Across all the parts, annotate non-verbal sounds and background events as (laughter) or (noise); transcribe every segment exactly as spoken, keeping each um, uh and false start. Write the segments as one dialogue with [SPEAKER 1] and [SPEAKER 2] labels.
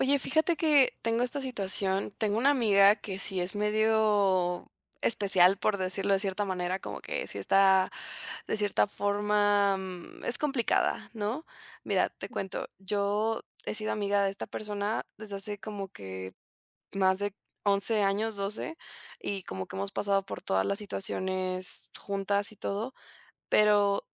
[SPEAKER 1] Oye, fíjate que tengo esta situación. Tengo una amiga que sí es medio especial, por decirlo de cierta manera, como que sí está, de cierta forma, mm, es complicada, ¿no? Mira, te cuento, yo he sido amiga de esta persona desde hace como que más de once años, doce, y como que hemos pasado por todas las situaciones juntas y todo. Pero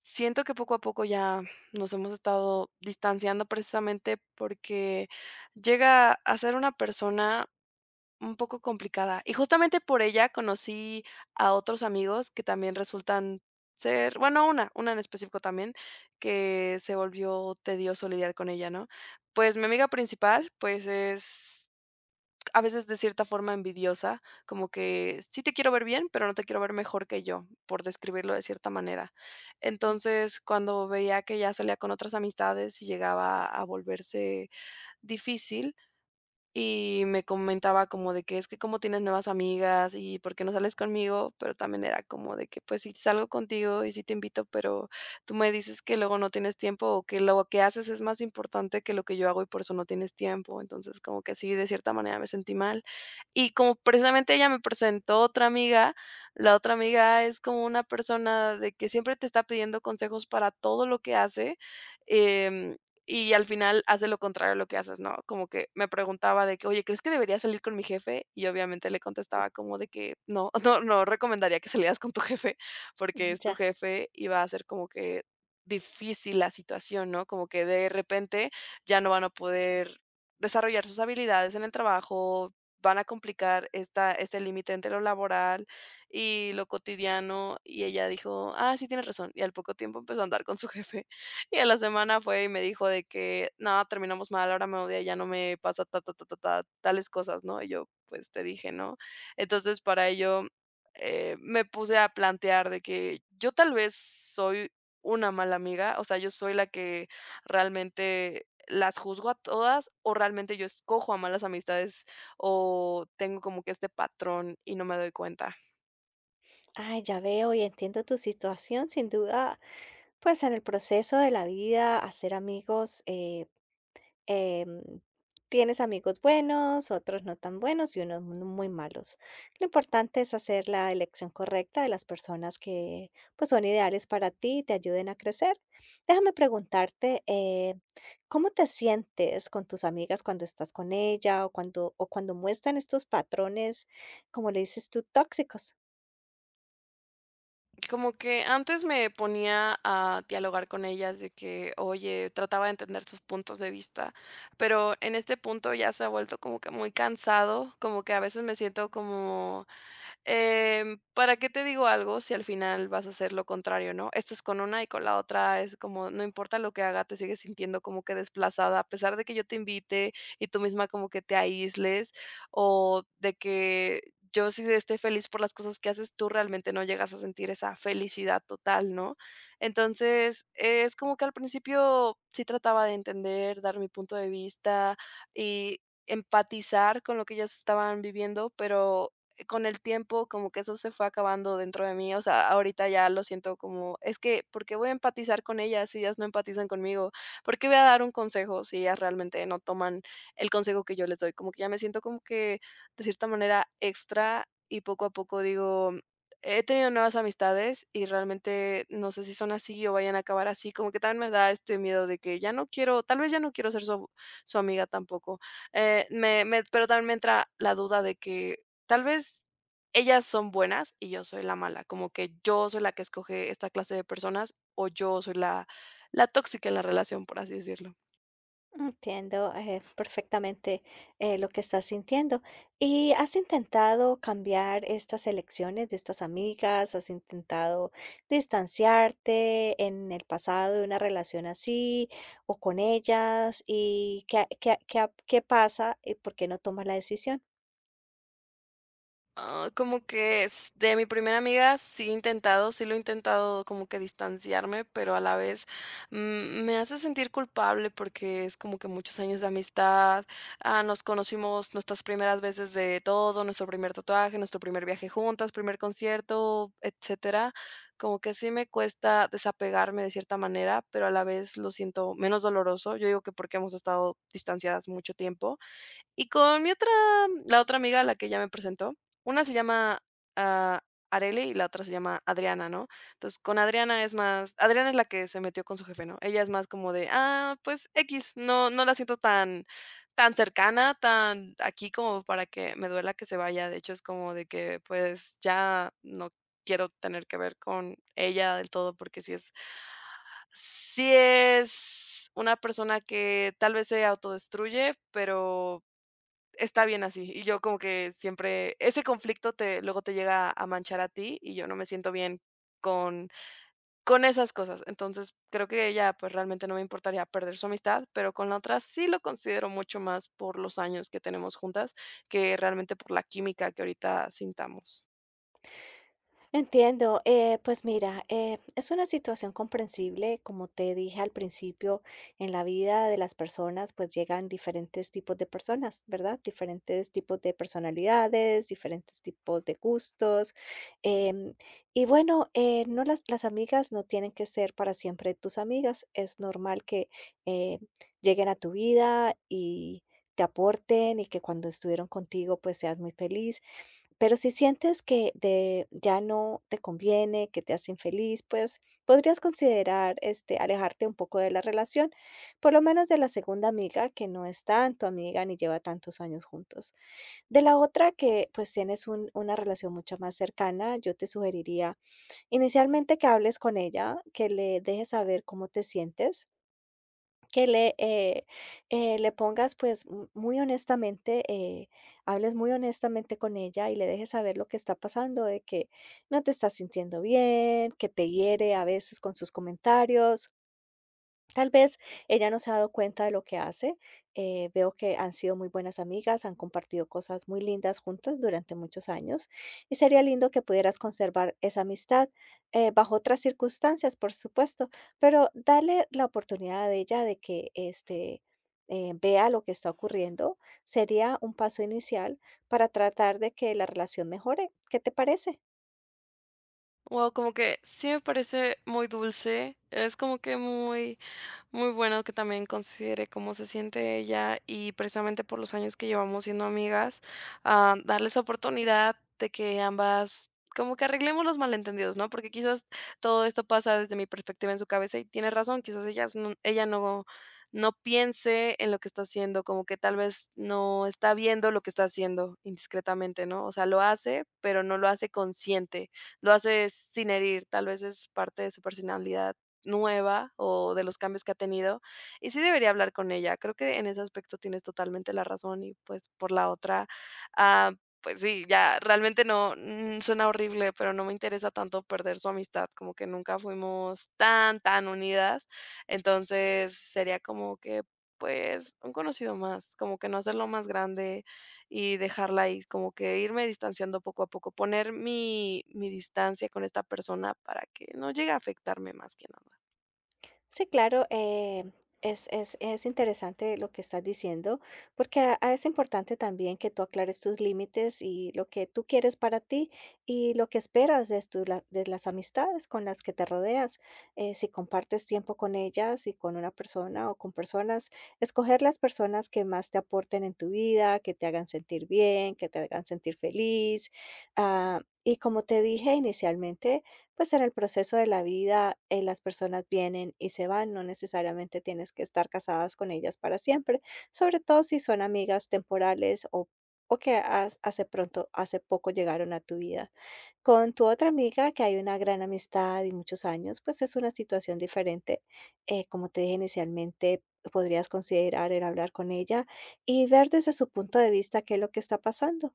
[SPEAKER 1] siento que poco a poco ya nos hemos estado distanciando precisamente porque llega a ser una persona un poco complicada. Y justamente por ella conocí a otros amigos que también resultan ser, bueno, una, una en específico también, que se volvió tedioso lidiar con ella, ¿no? Pues mi amiga principal, pues es a veces de cierta forma envidiosa, como que sí te quiero ver bien, pero no te quiero ver mejor que yo, por describirlo de cierta manera. Entonces, cuando veía que ya salía con otras amistades y llegaba a volverse difícil, y me comentaba como de que es que cómo tienes nuevas amigas y por qué no sales conmigo, pero también era como de que pues sí salgo contigo y sí te invito, pero tú me dices que luego no tienes tiempo o que lo que haces es más importante que lo que yo hago y por eso no tienes tiempo. Entonces como que sí, de cierta manera me sentí mal. Y como precisamente ella me presentó otra amiga, la otra amiga es como una persona de que siempre te está pidiendo consejos para todo lo que hace. em, y al final hace lo contrario a lo que haces, ¿no? Como que me preguntaba de que: "Oye, ¿crees que debería salir con mi jefe?". Y obviamente le contestaba como de que: "No, (laughs) no, no recomendaría que salieras con tu jefe, porque es tu
[SPEAKER 2] Ya,
[SPEAKER 1] jefe y va a ser como que difícil la situación", ¿no? Como que de repente ya no van a poder desarrollar sus habilidades en el trabajo, van a complicar esta este límite entre lo laboral y lo cotidiano. Y ella dijo: "Ah, sí, tienes razón". Y al poco tiempo empezó a andar con su (laughs) jefe. Y a la semana fue y me dijo de que: "No, terminamos mal, ahora me odia, ya no me pasa ta, ta, ta, ta, ta, tales cosas", ¿no? Y yo: "Pues te dije, ¿no?". Entonces, para ello, eh, me puse a plantear de que yo tal vez soy una mala amiga, o sea, yo soy la que realmente las juzgo a todas, o realmente yo escojo a malas amistades, o tengo como que este patrón y no me doy cuenta.
[SPEAKER 2] ay, ya veo y entiendo tu situación. Sin duda, pues en el proceso de la vida, hacer amigos, eh, em, tienes amigos buenos, otros no tan buenos y unos mu- muy malos. Lo importante es hacer la elección correcta de las personas que pues son ideales para ti y te ayuden a crecer. Déjame preguntarte, eh, ¿cómo te sientes con tus amigas cuando estás con ella o cuando, o cuando muestran estos patrones, como le dices tú, tóxicos?
[SPEAKER 1] Como que antes me ponía a dialogar con ellas de que, oye, trataba de entender sus puntos de vista, pero en este punto ya se ha vuelto como que muy cansado, como que a veces me siento como. Em, ¿para qué te digo algo si al final vas a hacer lo contrario? ¿No? Esto es con una y con la otra es como, no importa lo que haga, te sigues sintiendo como que desplazada, a pesar de que yo te invite y tú misma como que te aísles o de que yo sí esté feliz por las cosas que haces, tú realmente no llegas a sentir esa felicidad total, ¿no? Entonces, eh, es como que al principio sí trataba de entender, dar mi punto de vista y empatizar con lo que ellas estaban viviendo, pero con el tiempo como que eso se fue acabando dentro de mí, o sea, ahorita ya lo siento como, es que, ¿por qué voy a empatizar con ellas si ellas no empatizan conmigo? ¿Por qué voy a dar un consejo si ellas realmente no toman el consejo que yo les doy? Como que ya me siento como que de cierta manera extra y poco a poco digo, he tenido nuevas amistades y realmente no sé si son así o vayan a acabar así, como que también me da este miedo de que ya no quiero, tal vez ya no quiero ser su, su amiga tampoco. Eh, me, me- pero también me entra la duda de que tal vez ellas son buenas y yo soy la mala, como que yo soy la que escoge esta clase de personas o yo soy la la tóxica en la relación, por así decirlo.
[SPEAKER 2] Entiendo, eh, perfectamente eh, lo que estás sintiendo. ¿Y has intentado cambiar estas elecciones de estas amigas? ¿Has intentado distanciarte en el pasado de una relación así o con ellas? ¿Y qué, ha- qué, ha- qué, ha- qué pasa y por qué no tomas la decisión?
[SPEAKER 1] Ah, como que es de mi primera amiga sí he intentado, sí lo he intentado como que distanciarme, pero a la vez mm, me hace sentir culpable porque es como que muchos años de amistad, ah, nos conocimos nuestras primeras veces de todo, nuestro primer tatuaje, nuestro primer viaje juntas, primer concierto, etcétera. Como que sí me cuesta desapegarme de cierta manera, pero a la vez lo siento menos doloroso. Yo digo que porque hemos estado distanciadas mucho tiempo, y con mi otra la otra amiga a la que ya me presentó, una se llama, ah, Arely y la otra se llama Adriana, ¿no? Entonces, con Adriana es más, Adriana es la que se metió con su jefe, ¿no? Ella es más como de: "Ah, pues x no no la siento tan tan cercana, tan aquí como para que me duela que se vaya". De hecho, es como de que, pues, ya no quiero tener que ver con ella del todo, porque si es sí es una persona que tal vez se autodestruye, pero está bien así. Y yo, como que siempre ese conflicto te, luego te llega a manchar a ti, y yo no me siento bien con con esas cosas. Entonces, creo que ella, pues, realmente no me importaría perder su amistad, pero con la otra sí lo considero mucho más por los años que tenemos juntas, que realmente por la química que ahorita sintamos.
[SPEAKER 2] Entiendo, eh, pues mira, eh, es una situación comprensible, como te dije al principio, en la vida de las personas pues llegan diferentes tipos de personas, ¿verdad? Diferentes tipos de personalidades, diferentes tipos de gustos. em, y bueno, eh, no las, las amigas no tienen que ser para siempre tus amigas. Es normal que eh, lleguen a tu vida y te aporten, y que cuando estuvieron contigo pues seas muy feliz, pero si sientes que de ya no te conviene, que te hace infeliz, pues podrías considerar, este, alejarte un poco de la relación, por lo menos de la segunda amiga, que no es tanto amiga ni lleva tantos años juntos. De la otra, que pues tienes un- una relación mucho más cercana, yo te sugeriría inicialmente que hables con ella, que le dejes saber cómo te sientes, que le, eh, eh, le pongas, pues, mu- muy honestamente, eh, hables muy honestamente con ella y le dejes saber lo que está pasando, de que no te estás sintiendo bien, que te hiere a veces con sus comentarios. Tal vez ella no se ha dado cuenta de lo que hace. eh, veo que han sido muy buenas amigas, han compartido cosas muy lindas juntas durante muchos años, y sería lindo que pudieras conservar esa amistad eh, bajo otras circunstancias, por supuesto, pero dale la oportunidad de ella de que este, eh, vea lo que está ocurriendo. Sería un paso inicial para tratar de que la relación mejore. ¿Qué te parece?
[SPEAKER 1] Wow, como que sí me parece muy dulce, es como que muy muy bueno que también considere cómo se siente ella, y precisamente por los años que llevamos siendo amigas, ah, darles oportunidad de que ambas como que arreglemos los malentendidos, ¿no? Porque quizás todo esto pasa desde mi perspectiva, en su cabeza y tiene razón, quizás ella no- ella no, no piense en lo que está haciendo, como que tal vez no está viendo lo que está haciendo indiscretamente, ¿no? O sea, lo hace, pero no lo hace consciente, lo hace sin herir, tal vez es parte de su personalidad nueva o de los cambios que ha tenido, y sí debería hablar con ella. Creo que en ese aspecto tienes totalmente la razón y, pues, por la otra, ah, pues sí, ya realmente no, mm, suena horrible, pero no me interesa tanto perder su amistad, como que nunca fuimos tan, tan unidas. Entonces, sería como que, pues, un conocido más, como que no hacerlo más grande y dejarla ahí, como que irme distanciando poco a poco, poner mi mi distancia con esta persona para que no llegue a afectarme más que nada.
[SPEAKER 2] Sí, claro, eh, es, es, es interesante lo que estás diciendo, porque a- a- es importante también que tú aclares tus límites y lo que tú quieres para ti, y lo que esperas de, tu- la- de las amistades con las que te rodeas. Eh, si compartes tiempo con ellas y con una persona o con personas, escoger las personas que más te aporten en tu vida, que te hagan sentir bien, que te hagan sentir feliz. Ah, y como te dije inicialmente, pues en el proceso de la vida eh, las personas vienen y se van, no necesariamente tienes que estar casadas con ellas para siempre, sobre todo si son amigas temporales, o, o que has- hace pronto, hace poco llegaron a tu vida. Con tu otra amiga, que hay una gran amistad y muchos años, pues es una situación diferente. Eh, como te dije inicialmente, podrías considerar el hablar con ella y ver desde su punto de vista qué es lo que está pasando.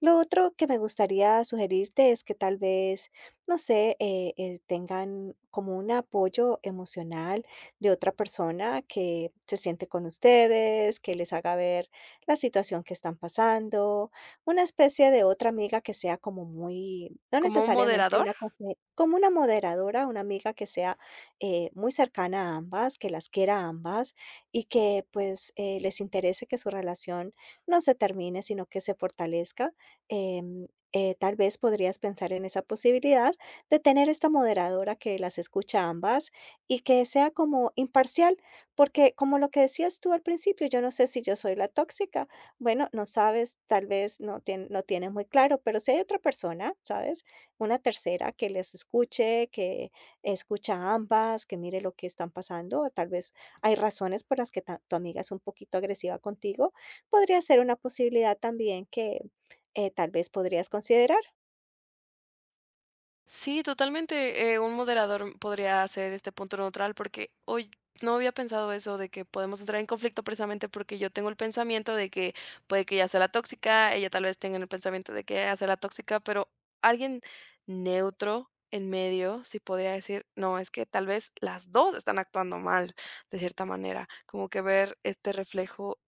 [SPEAKER 2] Lo otro que me gustaría sugerirte es que tal vez, no sé, eh, eh, tengan como un apoyo emocional de otra persona que se siente con ustedes, que les haga ver la situación que están pasando, una especie de otra amiga que sea como muy, no
[SPEAKER 1] ¿Como un
[SPEAKER 2] necesariamente
[SPEAKER 1] moderador?
[SPEAKER 2] una, conse- como una moderadora, una amiga que sea eh, muy cercana a ambas, que las quiera a ambas y que pues eh, les interese que su relación no se termine, sino que se fortalezca. Em, eh, Tal vez podrías pensar en esa posibilidad de tener esta moderadora que las escucha ambas y que sea como imparcial, porque como lo que decías tú al principio, yo no sé si yo soy la tóxica, bueno, no sabes, tal vez no, tien- no tienes muy claro, pero si hay otra persona, ¿sabes? Una tercera que les escuche, que escucha a ambas, que mire lo que están pasando, tal vez hay razones por las que ta- tu amiga es un poquito agresiva contigo. Podría ser una posibilidad también que eh, tal vez podrías considerar.
[SPEAKER 1] Sí, totalmente, eh, un moderador podría ser este punto neutral, porque hoy no había pensado eso de que podemos entrar en conflicto precisamente porque yo tengo el pensamiento de que puede que ella sea la tóxica, ella tal vez tenga el pensamiento de que ella sea la tóxica, pero alguien neutro en medio sí podría decir, no, es que tal vez las dos están actuando mal de cierta manera, como que ver este reflejo.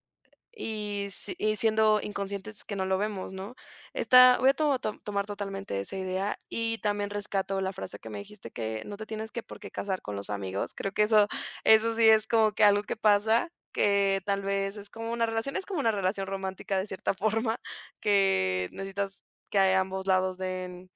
[SPEAKER 1] Y si y siendo inconscientes que no lo vemos, ¿no? Esta voy a to to tomar totalmente esa idea, y también rescato la frase que me dijiste, que no te tienes que por qué casar con los amigos. Creo que eso eso sí es como que algo que pasa, que tal vez es como una relación es como una relación romántica de cierta (laughs) forma, que necesitas que ambos lados den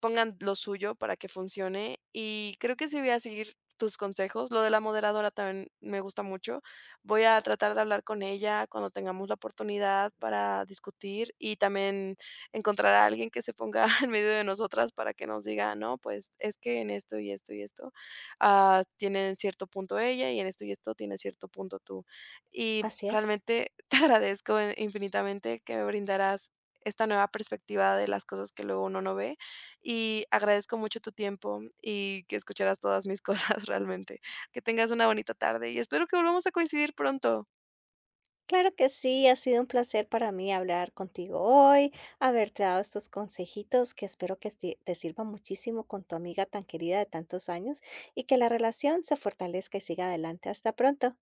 [SPEAKER 1] pongan lo suyo para que funcione. Y creo que sí voy a seguir tus consejos. Lo de la moderadora también me gusta mucho. Voy a tratar de hablar con ella cuando tengamos la oportunidad para discutir, y también encontrar a alguien que se ponga (laughs) en medio de nosotras para que nos diga: no, pues es que en esto y esto y esto ah, tienen cierto punto ella y en esto y esto tiene cierto punto tú. Y
[SPEAKER 2] Así es.
[SPEAKER 1] realmente (laughs) te agradezco infinitamente que me brindarás esta nueva perspectiva de las cosas, que luego uno no ve, y agradezco mucho tu tiempo y que escucharas todas mis (laughs) cosas realmente. Que tengas una bonita tarde y espero que volvamos a coincidir pronto.
[SPEAKER 2] Claro que sí, ha sido un placer para mí hablar contigo hoy, haberte dado estos consejitos que espero que te te sirvan muchísimo con tu amiga tan querida de tantos años, y que la relación se fortalezca y siga adelante. Hasta pronto.